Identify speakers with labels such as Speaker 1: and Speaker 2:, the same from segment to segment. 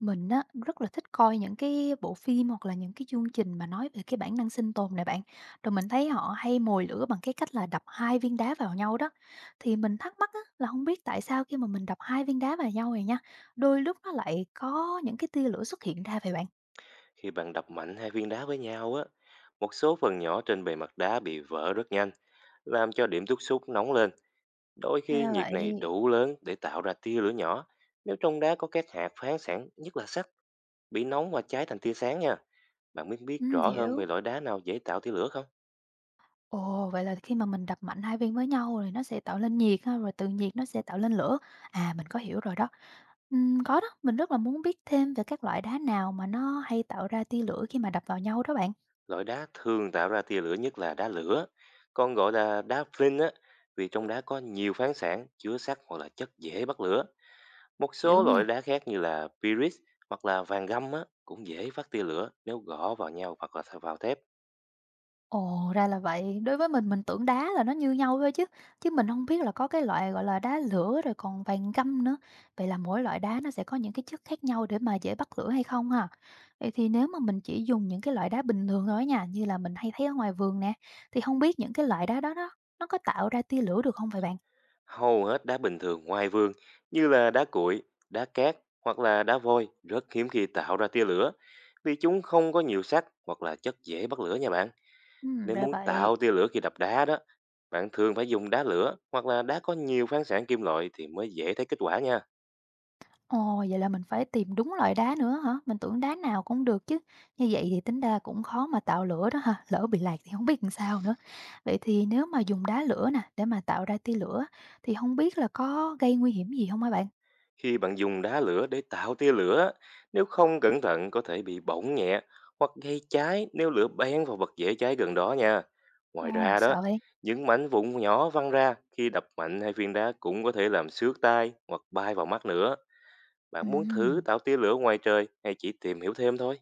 Speaker 1: Mình á, rất là thích coi những cái bộ phim hoặc là những cái chương trình mà nói về cái bản năng sinh tồn này bạn. Rồi mình thấy họ hay mồi lửa bằng cái cách là đập hai viên đá vào nhau đó. Thì mình thắc mắc á, là không biết tại sao khi mà mình đập hai viên đá vào nhau này nha, đôi lúc nó lại có những cái tia lửa xuất hiện ra vậy bạn.
Speaker 2: Khi bạn đập mạnh hai viên đá với nhau á, một số phần nhỏ trên bề mặt đá bị vỡ rất nhanh, làm cho điểm tiếp xúc nóng lên. Đôi khi
Speaker 1: Ra
Speaker 2: nhiệt này
Speaker 1: vậy.
Speaker 2: đủ lớn để tạo ra tia lửa nhỏ. Nếu trong đá có các hạt phán sẵn, nhất là sắt, bị nóng và cháy thành tia sáng nha. Bạn biết biết
Speaker 1: Ừ,
Speaker 2: rõ hơn về
Speaker 1: hiểu.
Speaker 2: loại đá nào dễ tạo tia lửa không?
Speaker 1: Ồ, vậy là khi mà mình đập mạnh hai viên với nhau thì nó sẽ tạo lên nhiệt ha, rồi từ nhiệt nó sẽ tạo lên lửa. À, mình có hiểu rồi đó. Có đó, mình rất là muốn biết thêm về các loại đá nào mà nó hay tạo ra tia lửa khi mà đập vào nhau đó bạn.
Speaker 2: Loại đá thường tạo ra tia lửa nhất là đá lửa, còn gọi là đá flint á, vì trong đá có nhiều phán sản chứa sắt hoặc là chất dễ bắt lửa. Một
Speaker 1: Hiểu
Speaker 2: số
Speaker 1: nha.
Speaker 2: loại đá khác như là Pyrite hoặc là vàng găm á, cũng dễ phát tia lửa nếu gõ vào nhau hoặc là vào thép.
Speaker 1: Ồ, ra là vậy. Đối với mình tưởng đá là nó như nhau thôi chứ. Chứ mình không biết là có cái loại, gọi là, đá lửa rồi còn vàng găm nữa. Vậy là mỗi loại đá nó sẽ có những cái chất khác nhau để mà dễ bắt lửa hay không ha? Vậy thì nếu mà mình chỉ dùng những cái loại đá bình thường thôi nha, như là mình hay thấy ở ngoài vườn nè, thì không biết những cái loại đá đó đó, nó có tạo ra tia lửa được không vậy bạn?
Speaker 2: Hầu hết đá bình thường ngoài vườn như là đá cuội, đá cát hoặc là đá vôi rất hiếm khi tạo ra tia lửa vì chúng không có nhiều sắt hoặc là chất dễ bắt lửa nha bạn. Nếu
Speaker 1: Ra
Speaker 2: muốn
Speaker 1: vậy.
Speaker 2: tạo tia lửa khi đập đá đó, bạn thường phải dùng đá lửa hoặc là đá có nhiều phán sản kim loại thì mới dễ thấy kết quả nha.
Speaker 1: Ồ, vậy là mình phải tìm đúng loại đá nữa hả? Mình tưởng đá nào cũng được chứ. Như vậy thì tính ra cũng khó mà tạo lửa đó ha. Lỡ bị lạc thì không biết làm sao nữa. Vậy thì nếu mà dùng đá lửa nè để mà tạo ra tia lửa thì không biết là có gây nguy hiểm gì không hả bạn?
Speaker 2: Khi bạn dùng đá lửa để tạo tia lửa, nếu không cẩn thận có thể bị bỏng nhẹ hoặc gây cháy nếu lửa bén vào vật dễ cháy gần đó nha. Ngoài
Speaker 1: Ồ,
Speaker 2: ra đó,
Speaker 1: sợ vậy.
Speaker 2: những mảnh vụn nhỏ văng ra khi đập mạnh hay viên đá cũng có thể làm xước tai hoặc bay vào mắt nữa. Bạn muốn thử
Speaker 1: Ừm.
Speaker 2: tạo tia lửa ngoài trời hay chỉ tìm hiểu thêm thôi?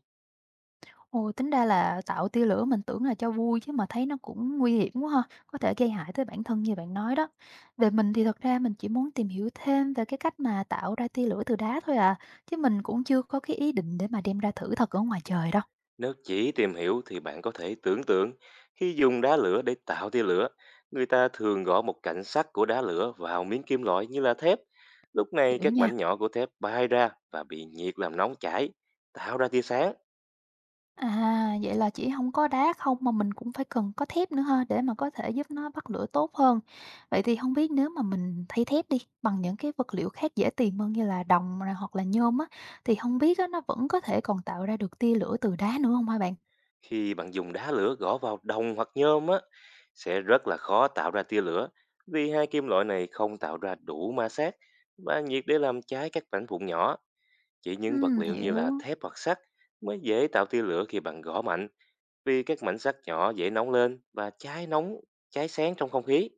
Speaker 1: Ồ, tính ra là tạo tia lửa mình tưởng là cho vui chứ mà thấy nó cũng nguy hiểm quá ha, có thể gây hại tới bản thân như bạn nói đó. Về mình thì thật ra mình chỉ muốn tìm hiểu thêm về cái cách mà tạo ra tia lửa từ đá thôi à, chứ mình cũng chưa có cái ý định để mà đem ra thử thật ở ngoài trời đâu.
Speaker 2: Nếu chỉ tìm hiểu thì bạn có thể tưởng tượng khi dùng đá lửa để tạo tia lửa, người ta thường gõ một cạnh sắt của đá lửa vào miếng kim loại như là thép. Lúc này
Speaker 1: Hiểu
Speaker 2: các
Speaker 1: nha.
Speaker 2: mảnh nhỏ của thép bay ra và bị nhiệt làm nóng chảy, tạo ra tia sáng.
Speaker 1: À, vậy là chỉ không có đá không mà mình cũng phải cần có thép nữa ha, để mà có thể giúp nó bắt lửa tốt hơn. Vậy thì không biết nếu mà mình thay thép đi, bằng những cái vật liệu khác dễ tìm hơn như là đồng nè hoặc là nhôm á, thì không biết á nó vẫn có thể còn tạo ra được tia lửa từ đá nữa không hả bạn?
Speaker 2: Khi bạn dùng đá lửa gõ vào đồng hoặc nhôm á, sẽ rất là khó tạo ra tia lửa vì hai kim loại này không tạo ra đủ ma sát và nhiệt để làm cháy các mảnh vụn nhỏ. Chỉ những vật liệu như
Speaker 1: Hiểu.
Speaker 2: là thép hoặc sắt mới dễ tạo tia lửa khi bạn gõ mạnh, vì các mảnh sắt nhỏ dễ nóng lên và cháy nóng, cháy sáng trong không khí.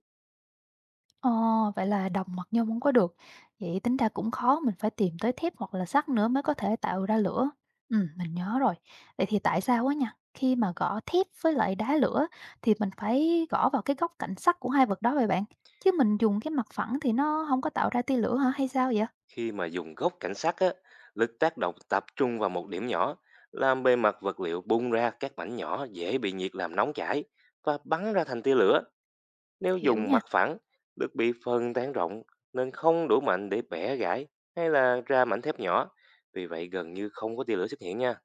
Speaker 1: Ờ, vậy là đồng hoặc nhôm hông có được, vậy tính ra cũng khó, mình phải tìm tới thép hoặc là sắt nữa mới có thể tạo ra lửa. Mình nhớ rồi. Vậy thì tại sao á nha, khi mà gõ thép với lại đá lửa thì mình phải gõ vào cái góc cạnh sắc của hai vật đó vậy bạn? Chứ mình dùng cái mặt phẳng thì nó không có tạo ra tia lửa hả hay sao vậy?
Speaker 2: Khi mà dùng gốc cảnh sắt á, lực tác động tập trung vào một điểm nhỏ, làm bề mặt vật liệu bung ra các mảnh nhỏ dễ bị nhiệt làm nóng chảy và bắn ra thành tia lửa. Nếu
Speaker 1: Hiểu
Speaker 2: dùng
Speaker 1: nha.
Speaker 2: mặt phẳng, lực bị phân tán rộng nên không đủ mạnh để bẻ gãy hay là ra mảnh thép nhỏ. Vì vậy gần như không có tia lửa xuất hiện nha.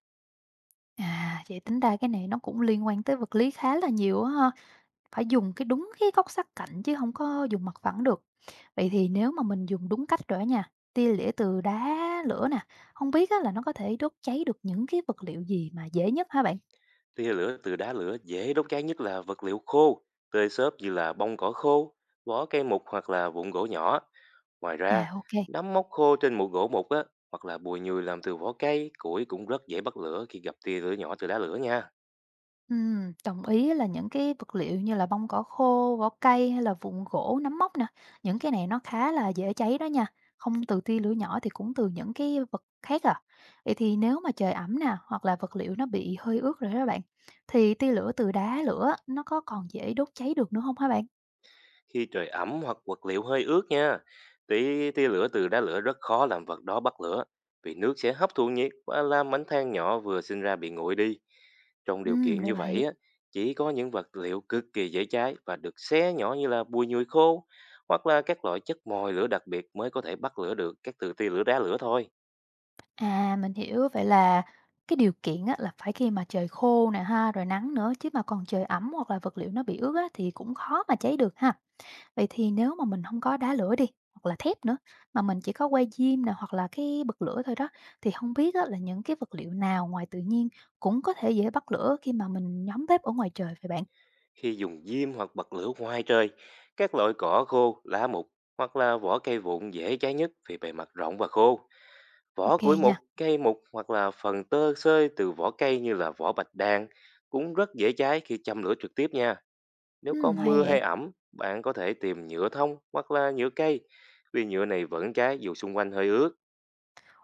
Speaker 1: À, vậy tính ra cái này nó cũng liên quan tới vật lý khá là nhiều á ha. Phải dùng cái đúng cái góc sát cạnh chứ không có dùng mặt phẳng được. Vậy thì nếu mà mình dùng đúng cách rồi á nha, tia lửa từ đá, lửa nè, không biết á là nó có thể đốt cháy được những cái vật liệu gì mà dễ nhất hả bạn?
Speaker 2: Tia lửa từ đá lửa dễ đốt cháy nhất là vật liệu khô, tơi xốp như là bông cỏ khô, vỏ cây mục hoặc là vụn gỗ nhỏ. Ngoài ra,
Speaker 1: À, ok.
Speaker 2: nấm mốc khô trên mụ gỗ mục á, hoặc là bùi nhùi làm từ vỏ cây, củi cũng rất dễ bắt lửa khi gặp tia lửa nhỏ từ đá lửa nha.
Speaker 1: Đồng ý là những cái vật liệu như là bông cỏ khô, vỏ cây hay là vụn gỗ, nấm mốc nè, những cái này nó khá là dễ cháy đó nha. Không từ tia lửa nhỏ thì cũng từ những cái vật khác à. Vậy thì nếu mà trời ẩm nè, hoặc là vật liệu nó bị hơi ướt rồi đó bạn, thì tia lửa từ đá lửa nó có còn dễ đốt cháy được nữa không hả bạn?
Speaker 2: Khi trời ẩm hoặc vật liệu hơi ướt nha, tí tia lửa từ đá lửa rất khó làm vật đó bắt lửa vì nước sẽ hấp thụ nhiệt và làm mảnh than nhỏ vừa sinh ra bị nguội đi. Trong điều kiện
Speaker 1: Ra
Speaker 2: như
Speaker 1: vậy.
Speaker 2: vậy á, chỉ có những vật liệu cực kỳ dễ cháy và được xé nhỏ như là bùi nhùi khô hoặc là các loại chất mồi lửa đặc biệt mới có thể bắt lửa được các từ tia lửa đá lửa thôi.
Speaker 1: À, mình hiểu. Vậy là cái điều kiện á, là phải khi mà trời khô nè ha, rồi nắng nữa, chứ mà còn trời ẩm hoặc là vật liệu nó bị ướt á, thì cũng khó mà cháy được ha. Vậy thì nếu mà mình không có đá lửa đi, hoặc là thép nữa, mà mình chỉ có que diêm nè, hoặc là cái bật lửa thôi đó, thì không biết á là những cái vật liệu nào ngoài tự nhiên cũng có thể dễ bắt lửa khi mà mình nhóm bếp ở ngoài trời vậy bạn?
Speaker 2: Khi dùng diêm hoặc bật lửa ngoài trời, các loại cỏ khô, lá mục hoặc là vỏ cây vụn dễ cháy nhất vì bề mặt rộng và khô. Vỏ
Speaker 1: Ok
Speaker 2: củi
Speaker 1: nha.
Speaker 2: mục, cây mục hoặc là phần tơ xơi từ vỏ cây như là vỏ bạch đàn cũng rất dễ cháy khi châm lửa trực tiếp nha. Nếu có
Speaker 1: Hay
Speaker 2: mưa
Speaker 1: vậy.
Speaker 2: hay ẩm, bạn có thể tìm nhựa thông hoặc là nhựa cây, vì nhựa này vẫn cháy dù xung quanh hơi ướt.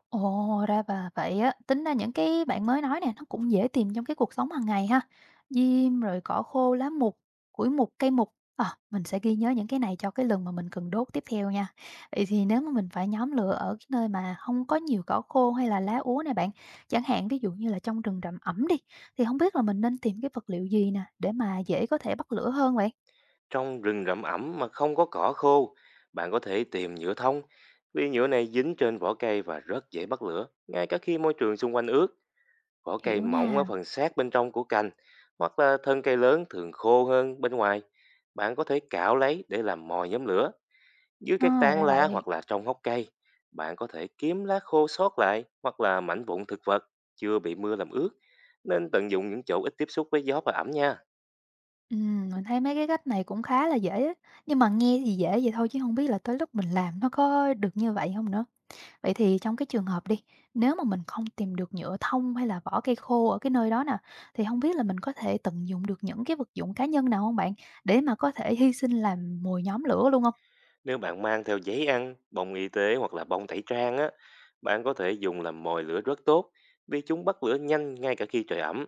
Speaker 1: Ồ, ra và vậy á. Tính ra những cái bạn mới nói nè, nó cũng dễ tìm trong cái cuộc sống hàng ngày ha. Diêm, rồi cỏ khô, lá mục, củi mục, cây mục. À, mình sẽ ghi nhớ những cái này cho cái lần mà mình cần đốt tiếp theo nha. Vậy thì nếu mà mình phải nhóm lửa ở cái nơi mà không có nhiều cỏ khô hay là lá úa này bạn, chẳng hạn ví dụ như là trong rừng rậm ẩm đi, thì không biết là mình nên tìm cái vật liệu gì nè để mà dễ có thể bắt lửa hơn vậy?
Speaker 2: Trong rừng rậm ẩm mà không có cỏ khô, bạn có thể tìm nhựa thông, vì nhựa này dính trên vỏ cây và rất dễ bắt lửa. Ngay cả khi môi trường xung quanh ướt, vỏ cây
Speaker 1: Hiểu
Speaker 2: mỏng
Speaker 1: nha.
Speaker 2: ở phần sát bên trong của cành, hoặc là thân cây lớn thường khô hơn bên ngoài. Bạn có thể cạo lấy để làm mồi nhóm lửa. Dưới các
Speaker 1: À,
Speaker 2: tán
Speaker 1: ra
Speaker 2: lá
Speaker 1: vậy.
Speaker 2: hoặc là trong hốc cây, bạn có thể kiếm lá khô sót lại hoặc là mảnh vụn thực vật chưa bị mưa làm ướt. Nên tận dụng những chỗ ít tiếp xúc với gió và ẩm nha.
Speaker 1: Mình thấy mấy cái cách này cũng khá là dễ á, nhưng mà nghe thì dễ vậy thôi chứ không biết là tới lúc mình làm nó có được như vậy không nữa. Vậy thì trong cái trường hợp đi, nếu mà mình không tìm được nhựa thông hay là vỏ cây khô ở cái nơi đó nè, thì không biết là mình có thể tận dụng được những cái vật dụng cá nhân nào không bạn? Để mà có thể hy sinh làm mồi nhóm lửa luôn không?
Speaker 2: Nếu bạn mang theo giấy ăn, bông y tế hoặc là bông tẩy trang á, bạn có thể dùng làm mồi lửa rất tốt vì chúng bắt lửa nhanh ngay cả khi trời ẩm.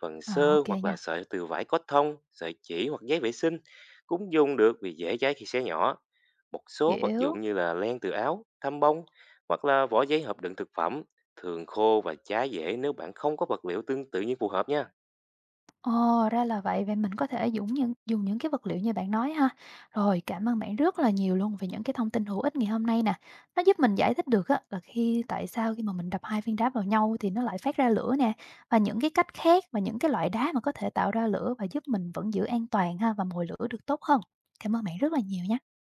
Speaker 2: Phần
Speaker 1: À,
Speaker 2: sơ
Speaker 1: ok
Speaker 2: hoặc
Speaker 1: nha,
Speaker 2: là sợi từ vải cotton, sợi chỉ hoặc giấy vệ sinh cũng dùng được vì dễ cháy khi xé nhỏ. Một số vật
Speaker 1: hiểu.
Speaker 2: dụng như là len từ áo, thăm bông hoặc là vỏ giấy hộp đựng thực phẩm thường khô và cháy dễ nếu bạn không có vật liệu tương tự như phù hợp nha.
Speaker 1: Ồ, ra là vậy, vậy mình có thể dùng những cái vật liệu như bạn nói ha. Rồi, cảm ơn bạn rất là nhiều luôn về những cái thông tin hữu ích ngày hôm nay nè. Nó giúp mình giải thích được á là khi tại sao khi mà mình đập hai viên đá vào nhau thì nó lại phát ra lửa nè, và những cái cách khác và những cái loại đá mà có thể tạo ra lửa và giúp mình vẫn giữ an toàn ha và mồi lửa được tốt hơn. Cảm ơn bạn rất là nhiều nha.